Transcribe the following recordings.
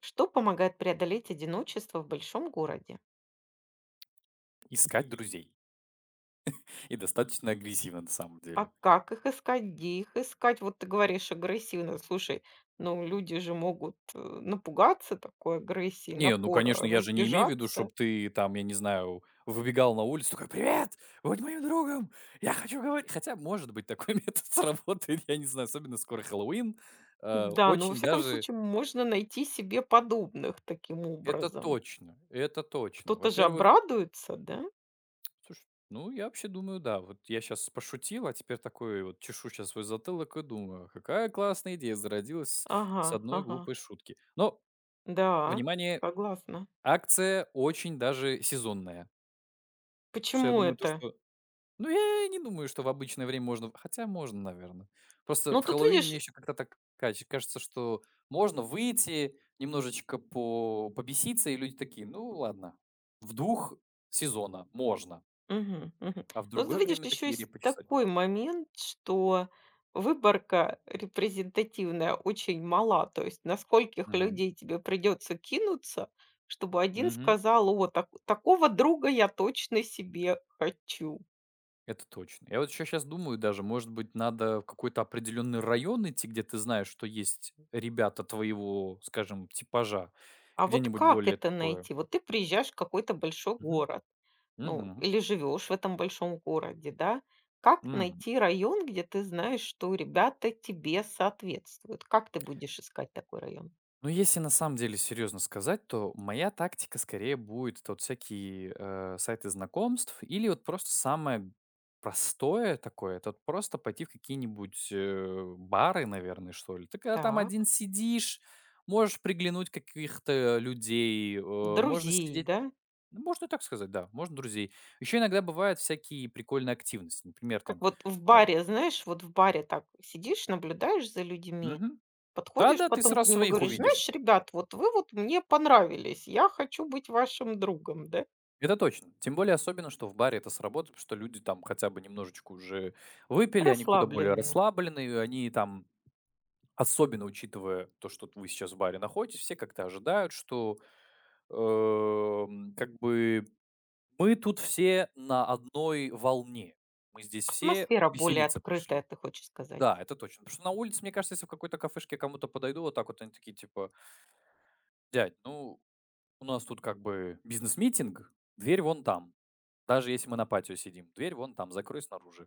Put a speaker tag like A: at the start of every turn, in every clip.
A: Что помогает преодолеть одиночество в большом городе?
B: Искать друзей. И достаточно агрессивно на самом
A: А
B: деле.
A: как их искать? Где их искать? Вот ты говоришь агрессивно. Слушай, ну люди же могут напугаться такой агрессии,
B: Не, ну, конечно,
A: напора,
B: я же не имею в виду, чтобы
A: разбежаться.
B: ты там, я не знаю, выбегал на улицу, такой: "Привет! Будь моим другом! Я хочу говорить!" Хотя, может быть, такой метод сработает, я не знаю, особенно скоро Хэллоуин.
A: Да, но во
B: Очень
A: всяком
B: даже
A: случае можно найти себе подобных таким
B: это
A: образом.
B: точно, это точно.
A: Кто-то же
B: Во-первых,
A: обрадуется, да?
B: слушай, ну, я вообще думаю, да, вот я сейчас пошутил, а теперь такой вот чешу сейчас свой затылок и думаю: "Какая классная идея зародилась
A: Ага,
B: с одной
A: ага.
B: глупой шутки". Но,
A: Да,
B: внимание,
A: согласна.
B: акция очень даже сезонная. Потому что я
A: Почему
B: думаю, то,
A: это?
B: что ну, я и не думаю, что в обычное время можно. Хотя можно, наверное. Просто
A: Ну,
B: в
A: тут
B: Хэллоуине мне
A: видишь.
B: еще как-то так кач кажется, что можно выйти, немножечко по побеситься, и люди такие: "Ну ладно, в 2 сезона можно,
A: Мгм, мгм.
B: а в
A: Ну, тут
B: другое
A: видишь,
B: время
A: еще
B: такие
A: есть
B: репы чесать будут".
A: такой момент, что выборка репрезентативная очень мала. То есть на скольких людей тебе придется кинуться, чтобы один
B: Мгм.
A: сказал: о, такого друга я точно себе хочу.
B: Это точно. Я вот еще щас думаю даже, может быть, надо в какой-то определенный район идти, где ты знаешь, что есть ребята твоего, скажем, типажа.
A: А вот
B: Где-нибудь
A: как
B: более
A: это
B: такое.
A: найти? Вот ты приезжаешь в какой-то большой
B: Мгм.
A: город, ну,
B: Мгм.
A: или живешь в этом большом городе, да? Как
B: Мгм.
A: найти район, где ты знаешь, что ребята тебе соответствуют? Как ты будешь искать такой район?
B: Ну, если на самом деле серьезно сказать, то моя тактика скорее будет вот всякие сайты знакомств или вот просто самое простое такое, это вот просто пойти в какие-нибудь бары, наверное, что ли. Ты когда там один
A: Так.
B: сидишь, можешь приглянуть каких-то людей, можно
A: Друзей,
B: сидеть,
A: да?
B: ну, можно и так сказать, да, можно друзей. Еще иногда бывают всякие прикольные активности, например,
A: Как
B: там…
A: вот в
B: э,
A: баре, знаешь, вот в баре так сидишь, наблюдаешь за людьми,
B: мгм.
A: подходишь
B: Да-да, ты
A: потом к
B: сразу
A: ним и
B: своих
A: говоришь:
B: увидишь.
A: "Знаешь, ребят, вот вы вот мне понравились, я хочу быть вашим другом", да?
B: Это точно. Тем более, особенно, что в баре это сработает, потому что люди там хотя бы немножечко уже выпили, они куда более
A: Расслабленные.
B: расслаблены, и они там, особенно учитывая то, что вы сейчас в баре находитесь, все как-то ожидают, что как бы мы тут все на одной волне. Мы здесь все
A: Атмосфера более
B: веселиться
A: открытая,
B: пришли.
A: ты хочешь сказать.
B: Да, это точно. Потому что на улице, мне кажется, если в какой-то кафешке я кому-то подойду, вот так вот они такие, типа, дядь, ну, у нас тут как бы бизнес-митинг, дверь вон там. Даже если мы на патио сидим, дверь вон там, закрой снаружи.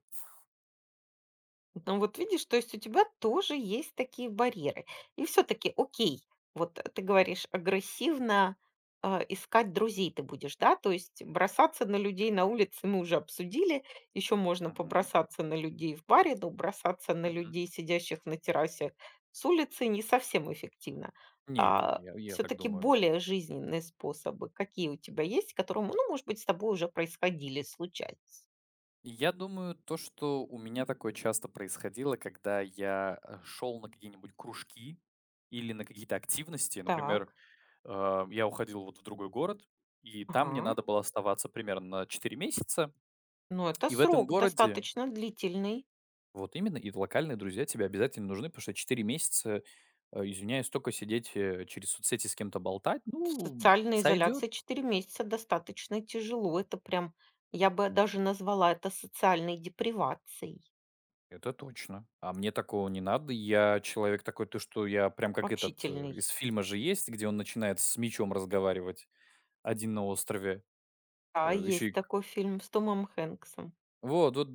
A: Ну вот видишь, то есть у тебя тоже есть такие барьеры. И все-таки, окей, вот ты говоришь, агрессивно искать друзей ты будешь, да? То есть бросаться на людей на улице мы уже обсудили, еще можно
B: Мгм.
A: побросаться на людей в баре, но бросаться на
B: Мгм.
A: людей, сидящих на террасе с улицы, не совсем эффективно.
B: Нет, нет, я так
A: Все-таки
B: думаю.
A: более жизненные способы, какие у тебя есть, которые, ну, может быть, с тобой уже происходили, случались.
B: Я думаю, то, что у меня такое часто происходило, когда я шел на какие-нибудь кружки или на какие-то активности.
A: Так,
B: Например, я уходил вот в другой город, и там мне
A: ага.
B: надо было оставаться примерно на 4 месяца.
A: Но это
B: И в этом
A: срок
B: городе
A: достаточно длительный.
B: вот именно, и локальные друзья тебе обязательно нужны, потому что 4 месяца, извиняюсь, только сидеть, через соцсети с кем-то болтать,
A: В
B: ну,
A: социальной
B: сойдет.
A: изоляции 4 месяца достаточно тяжело. Это прям, я бы даже назвала это социальной депривацией
B: Это точно. А мне такого не надо. Я человек такой, то что я прям как этот,
A: общительной.
B: из фильма же есть, где он начинает с мечом разговаривать один на острове.
A: А
B: Э, еще
A: есть
B: и к
A: такой фильм с Томом Хэнксом.
B: Вот вот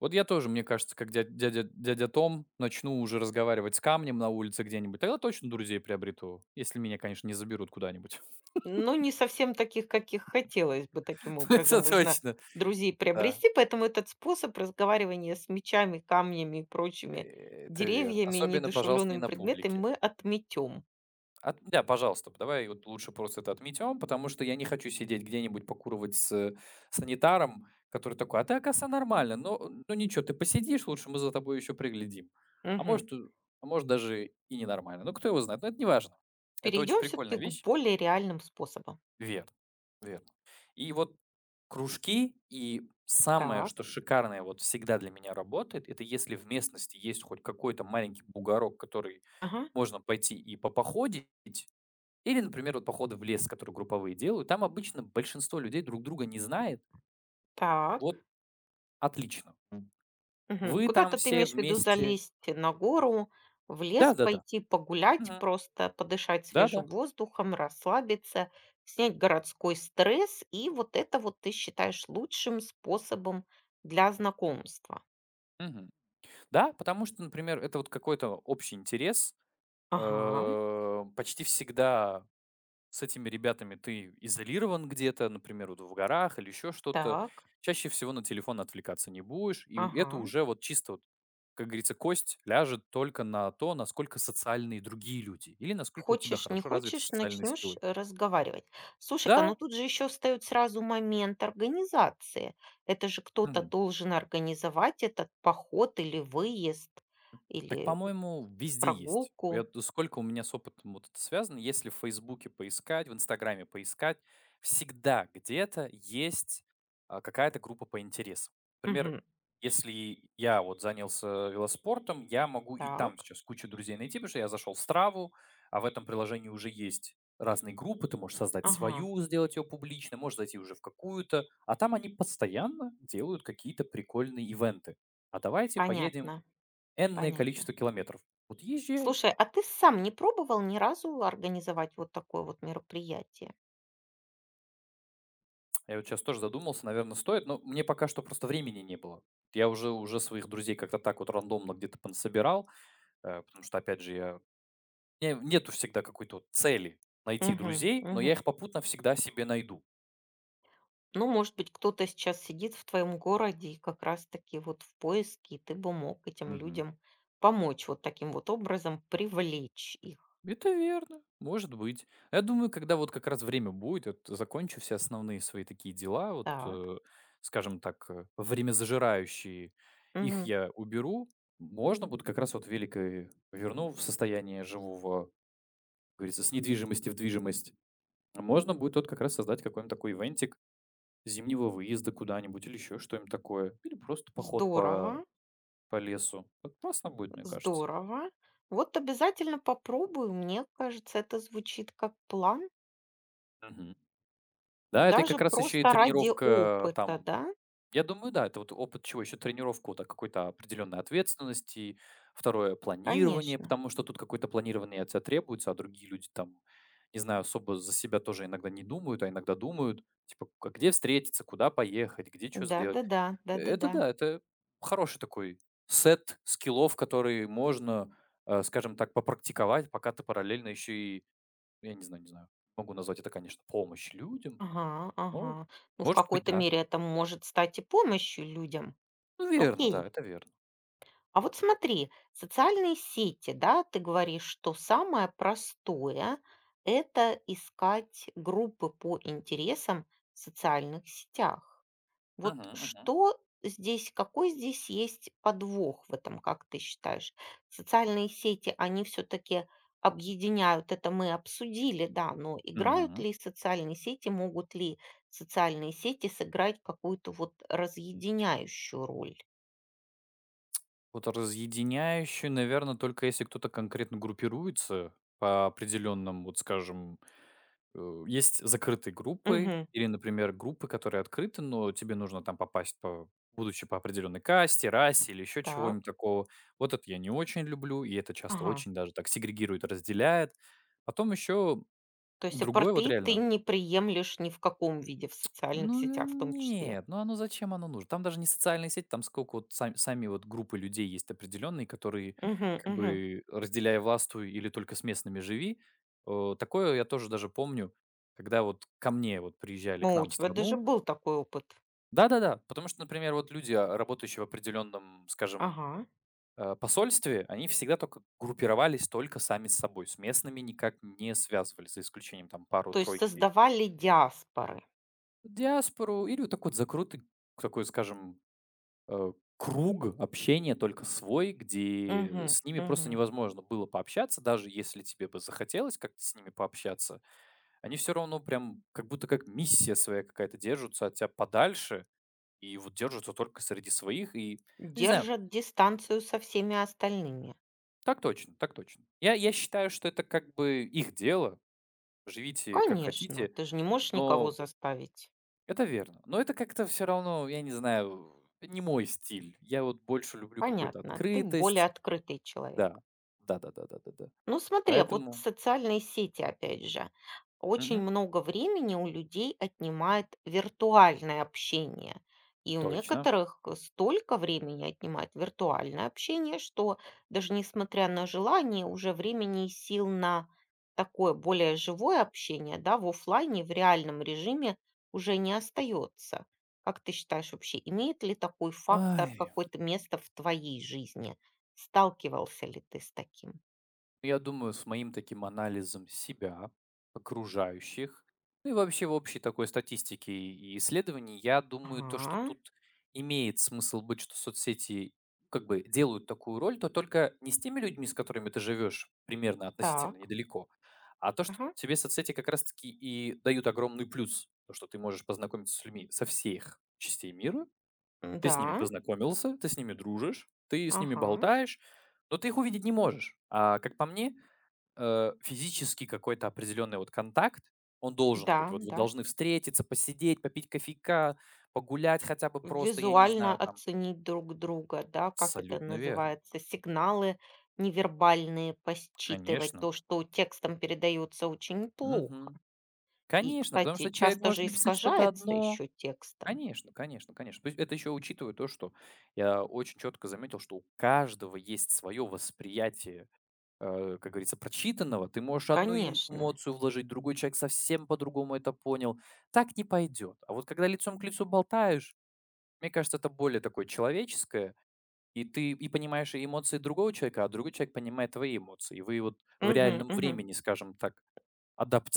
B: вот я тоже, мне кажется, как дядя Том, начну уже разговаривать с камнем на улице где-нибудь, тогда точно друзей приобрету, если меня, конечно, не заберут куда-нибудь.
A: Но не совсем таких, каких хотелось бы. Таким образом
B: Это
A: можно
B: точно,
A: друзей
B: да.
A: приобрести. Поэтому этот способ разговаривания с мечами, камнями и прочими
B: Это верно.
A: деревьями и
B: Особенно, пожалуйста, не
A: недушевленными
B: на
A: предметами
B: публике.
A: мы отметем.
B: От да, пожалуйста, давай вот лучше просто это отметим, потому что я не хочу сидеть где-нибудь покуривать с санитаром, который такой: "А ты, оказывается, нормально, но ну ничего, ты посидишь лучше, мы за тобой еще приглядим". А может, э, а может, даже и ненормально. Ну, кто его знает, но это не важно. Это очень
A: Перейдем все-таки
B: прикольная
A: к
B: вещь.
A: более реальным способам.
B: Верно, верно. И вот кружки, и самое, что
A: Так.
B: шикарное вот всегда для меня работает, это если в местности есть хоть какой-то маленький бугорок, который
A: Ага.
B: можно пойти и попоходить, или, например, вот походы в лес, которые групповые делают, там обычно большинство людей друг друга не знает.
A: Так.
B: Вот отлично. М.
A: Мгм.
B: Вы там
A: Куда-то ты
B: все
A: имеешь в виду
B: вместе.
A: залезть на гору, в лес
B: Да-да-да.
A: пойти погулять,
B: Мгм.
A: просто подышать свежим
B: Да-да.
A: воздухом, расслабиться, снять городской стресс, и вот это вот ты считаешь лучшим способом для знакомства.
B: Мгм. Да, потому что, например, это вот какой-то общий интерес.
A: Ага,
B: Почти всегда с этими ребятами ты изолирован где-то, например, вот в горах или еще что-то.
A: так,
B: Чаще всего на телефон отвлекаться не будешь, и это
A: ага.
B: уже вот чисто вот, как говорится, кость ляжет только на то, насколько социальные другие люди или насколько у тебя
A: Хочешь, не
B: хорошо развиты
A: хочешь,
B: социальные
A: начнешь
B: скиллы.
A: разговаривать. Слушай-ка,
B: Да,
A: ну тут же еще встает сразу момент организации. Это же кто-то
B: мгм.
A: должен организовать этот поход или выезд,
B: Так,
A: или
B: по-моему, везде есть. Я
A: прогулку.
B: т Сколько у меня с опытом вот это связано, если в "Фейсбуке" поискать, в "Инстаграме" поискать, всегда где-то есть, какая-то группа по интересам. Например,
A: Мгм.
B: если я вот занялся велоспортом, я могу и там
A: Так,
B: сейчас кучу друзей найти, потому что я зашел в "Страву", а в этом приложении уже есть разные группы. Ты можешь создать
A: ага,
B: свою, сделать ее публичной, можешь зайти уже в какую-то, а там они постоянно делают какие-то прикольные ивенты. "А давайте поедем
A: понятно,
B: энное
A: понятно.
B: количество километров. Вот езжай.
A: Слушай, а ты сам не пробовал ни разу организовать вот такое вот мероприятие?
B: Я вот сейчас тоже задумался, наверное, стоит, но мне пока что просто времени не было. Я уже своих друзей как-то так вот рандомно где-то понасобирал, потому что, опять же, я не нету всегда какой-то вот цели найти друзей, но я
A: Угу.
B: их попутно всегда себе найду.
A: Ну, может быть, кто-то сейчас сидит в твоем городе и как раз-таки вот в поиске, и ты бы мог этим людям помочь вот таким вот образом привлечь их.
B: Это верно, может быть. Я думаю, когда вот как раз время будет, вот закончу все основные свои такие дела, вот,
A: Так,
B: скажем так, время зажирающие, их
A: мгм.
B: я уберу, можно будет как раз вот велик и верну в состояние живого, как говорится, с недвижимости в движимость. А можно будет вот как раз создать какой-нибудь такой ивентик зимнего выезда куда-нибудь или еще что-нибудь такое. Или просто поход
A: Здорово,
B: по лесу. Вот классно будет, мне кажется.
A: здорово. Вот обязательно попробую, мне кажется, это звучит как план,
B: Мгм. Да, это и
A: даже
B: как раз еще и
A: просто ради
B: тренировка
A: опыта,
B: там
A: да?
B: я думаю, да, это вот опыт чего? Еще тренировку, вот, какой-то определенной ответственности, второе планирование,
A: Конечно.
B: потому что тут какое-то планирование от тебя требуется, а другие люди там, не знаю, особо за себя тоже иногда не думают, а иногда думают, типа, где встретиться, куда поехать, где что сделать.
A: Да-да-да,
B: Это
A: да-да-да.
B: да, это хороший такой сет скиллов, которые можно, скажем так, попрактиковать, пока ты параллельно еще и, я не знаю, не знаю, могу назвать это, конечно, помощь людям,
A: Ага,
B: но,
A: ага. Ну, в
B: может быть,
A: какой-то
B: да.
A: мере это может стать и помощью людям.
B: Ну, верно, да,
A: Окей.
B: это верно.
A: А вот смотри, социальные сети, да, ты говоришь, что самое простое — это искать группы по интересам в социальных сетях. Вот
B: Мгм, мгм.
A: что здесь, какой здесь есть подвох в этом, как ты считаешь? Социальные сети, они все-таки объединяют, это мы обсудили, да, но играют
B: Мгм.
A: ли социальные сети, могут ли социальные сети сыграть какую-то вот разъединяющую роль?
B: Вот разъединяющий, наверное, только если кто-то конкретно группируется по определенным, вот скажем, есть закрытые группы
A: Угу,
B: или, например, группы, которые открыты, но тебе нужно там попасть по будучи по определенной касте, расе или еще
A: так,
B: чего-нибудь такого. Вот это я не очень люблю, и это часто
A: ага.
B: очень даже так сегрегирует, разделяет. Потом еще
A: То есть
B: другое, вот
A: апартеид ты
B: реально,
A: не приемлешь ни в каком виде, в социальных
B: ну
A: сетях в том числе.
B: нет, ну оно зачем оно нужно? Там даже не социальные сети, там сколько вот сами вот группы людей есть определенные, которые
A: Мгм,
B: как
A: мгм.
B: бы разделяя властвуй или только с местными живи. Такое я тоже даже помню, когда вот ко мне вот приезжали к
A: О, у
B: нам в
A: тебя даже
B: страну.
A: был такой опыт.
B: Да-да-да, потому что, например, вот люди, работающие в определенном, скажем,
A: Ага.
B: посольстве, они всегда только группировались только сами с собой, с местными никак не связывались, за исключением там
A: То есть
B: пару-тройки
A: создавали диаспоры.
B: диаспору или вот такой вот закрытый такой, скажем, круг общения только свой, где
A: Мгм,
B: с ними просто
A: мгм.
B: невозможно было пообщаться, даже если тебе бы захотелось как-то с ними пообщаться. Они все равно прям как будто как миссия своя какая-то держатся от тебя подальше и вот держатся только среди своих. И, ну, не знаю,
A: Держат дистанцию со всеми остальными.
B: так точно, так точно. Я считаю, что это как бы их дело, живите как
A: Конечно,
B: хотите,
A: ты же не можешь никого
B: но
A: заставить.
B: это верно. Но это как-то все равно, я не знаю, не мой стиль. Я вот больше люблю какую-то
A: Понятно, ты более
B: открытость.
A: открытый человек.
B: Да, да, да, да, да, да. да.
A: Ну, смотри, а вот
B: Поэтому
A: социальные сети, опять же, очень
B: мгм.
A: много времени у людей отнимает виртуальное общение. И у
B: Точно.
A: некоторых столько времени отнимает виртуальное общение, что даже несмотря на желание, уже времени и сил на такое более живое общение, да, в оффлайне, в реальном режиме уже не остается. Как ты считаешь вообще, имеет ли такой фактор
B: Ай,
A: какое-то место в твоей жизни? Сталкивался ли ты с таким?
B: я думаю, с моим таким анализом себя, окружающих, ну и вообще в общей такой статистике и исследований, я думаю, то, что
A: Ага,
B: тут имеет смысл быть, что соцсети как бы делают такую роль, то только не с теми людьми, с которыми ты живешь примерно относительно
A: так,
B: недалеко, а то, что
A: ага,
B: тебе соцсети как раз-таки и дают огромный плюс, то, что ты можешь познакомиться с людьми со всех частей мира, ты с ними
A: да,
B: познакомился, ты с ними дружишь, ты с ними
A: ага,
B: болтаешь, но ты их увидеть не можешь. А как по мне, физически какой-то определенный вот контакт, он должен
A: да,
B: быть. Вот вы
A: да.
B: должны встретиться, посидеть, попить кофейка, погулять хотя бы просто, я не
A: Визуально
B: знаю, там.
A: оценить друг друга, да, как это
B: Абсолютно верно.
A: называется, сигналы невербальные посчитывать,
B: Конечно.
A: то, что текстом передается очень плохо.
B: Мгм.
A: И,
B: Конечно, потому
A: кстати,
B: что человек
A: часто
B: может
A: же
B: написать что-то
A: искажается
B: одно.
A: еще текстом.
B: Конечно, конечно, конечно. То есть это еще учитывая то, что я очень четко заметил, что у каждого есть свое восприятие как говорится, прочитанного, ты можешь одну им
A: Конечно.
B: эмоцию вложить, другой человек совсем по-другому это понял. Так не пойдет. А вот когда лицом к лицу болтаешь, мне кажется, это более такое человеческое, и ты и понимаешь и эмоции другого человека, а другой человек понимает твои эмоции. И вы вот в
A: Мгм,
B: реальном
A: мгм.
B: времени, скажем так,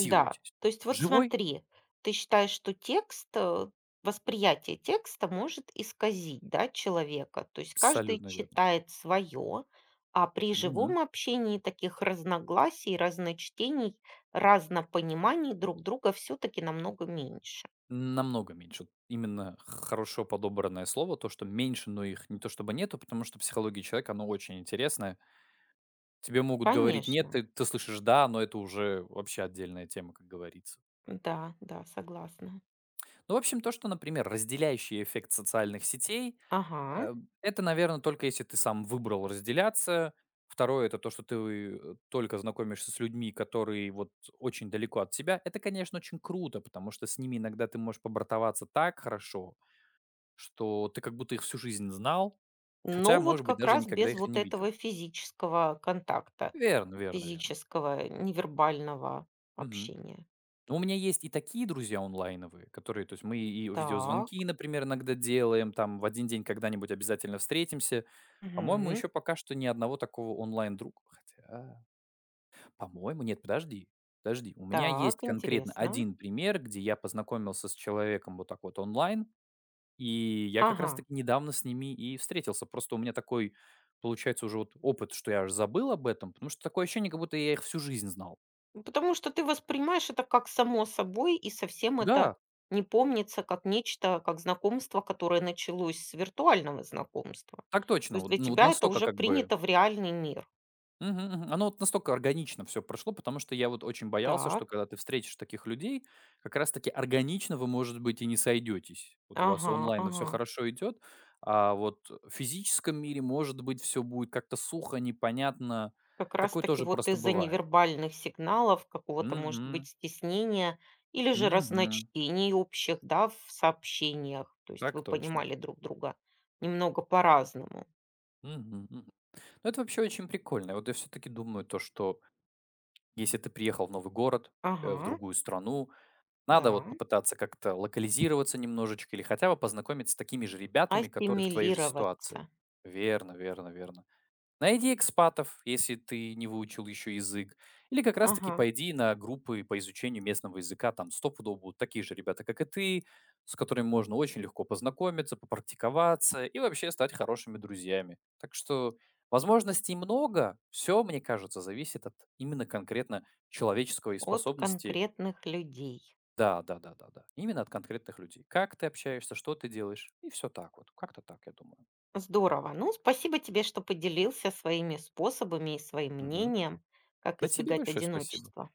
A: Да, то есть вот
B: Живой?
A: смотри, ты считаешь, что текст, восприятие текста может исказить, да, человека. То есть каждый
B: Абсолютно верно.
A: читает свое, а при
B: Мгм.
A: живом общении таких разногласий, разночтений, разнопониманий друг друга все-таки намного меньше.
B: Намного меньше. Именно хорошо подобранное слово, то, что меньше, но их не то чтобы нету, потому что психология человека, оно очень интересное, тебе могут говорить нет,
A: Конечно,
B: ты слышишь да, но это уже вообще отдельная тема, как говорится.
A: да, да, согласна.
B: Ну, в общем, то, что, например, разделяющий эффект социальных сетей,
A: Ага.
B: э, это, наверное, только если ты сам выбрал разделяться. Второе, это то, что ты только знакомишься с людьми, которые вот очень далеко от тебя. Это, конечно, очень круто, потому что с ними иногда ты можешь побратоваться так хорошо, что ты как будто их всю жизнь знал, хотя,
A: Но вот
B: может быть,
A: как
B: даже
A: раз
B: никогда
A: без
B: их и
A: вот
B: не видел.
A: этого физического контакта,
B: Верно, верно, верно.
A: физического невербального
B: Мгм.
A: общения.
B: У меня есть и такие друзья онлайновые, которые, то есть мы и
A: Так.
B: видеозвонки, например, иногда делаем, там в один день когда-нибудь обязательно встретимся. По-моему,
A: Мгм.
B: еще пока что ни одного такого онлайн-друга. Хотя, по-моему, нет, подожди, подожди. У меня
A: Так,
B: есть конкретно
A: интересно.
B: один пример, где я познакомился с человеком вот так вот онлайн, и я как
A: Ага.
B: раз-таки недавно с ними и встретился. Просто у меня такой, получается, уже вот опыт, что я аж забыл об этом, потому что такое ощущение, как будто я их всю жизнь знал.
A: Ну, потому что ты воспринимаешь это как само собой, и совсем это
B: Да,
A: не помнится как нечто, как знакомство, которое началось с виртуального знакомства.
B: так
A: То
B: точно.
A: есть
B: Вот,
A: для
B: ну, вот
A: тебя это
B: настолько
A: уже
B: как бы
A: принято в реальный мир.
B: мгм, мгм. Оно вот настолько органично все прошло, потому что я вот очень боялся, что
A: Так,
B: когда ты встретишь таких людей, как раз таки органично вы, может быть, и не сойдетесь. Вот у вас
A: ага,
B: онлайн все
A: ага.
B: хорошо идет, а вот в физическом мире, может быть, все будет как-то сухо, непонятно.
A: Как
B: Такое
A: раз-таки
B: тоже
A: вот
B: просто
A: из-за
B: бывает.
A: невербальных сигналов, какого-то, может
B: Мгм,
A: быть, стеснения или же
B: мгм.
A: разночтений общих, да, в сообщениях. То есть
B: Так
A: вы
B: точно.
A: понимали друг друга немного по-разному.
B: Мгм, мгм. Ну, это вообще очень прикольно. И вот я все-таки думаю то, что если ты приехал в новый город, в
A: Ага.
B: другую страну, надо вот
A: Да,
B: попытаться как-то локализироваться немножечко или хотя бы познакомиться с такими же ребятами, которые в твоей же ситуации.
A: ассимилироваться.
B: Верно, верно, верно. Найди экспатов, если ты не выучил еще язык. Или как раз-таки
A: Ага,
B: пойди на группы по изучению местного языка. Там стопудово будут такие же ребята, как и ты, с которыми можно очень легко познакомиться, попрактиковаться и вообще стать хорошими друзьями. Так что возможностей много. Все, мне кажется, зависит от именно конкретно человеческой
A: от
B: способности,
A: конкретных людей.
B: да, да-да-да-да. Именно от конкретных людей. Как ты общаешься, что ты делаешь, и все так вот. Как-то так, я думаю.
A: Здорово. Ну, спасибо тебе, что поделился своими способами и своим
B: Мгм.
A: мнением, как
B: Да тебе
A: избегать
B: большое спасибо.
A: одиночества.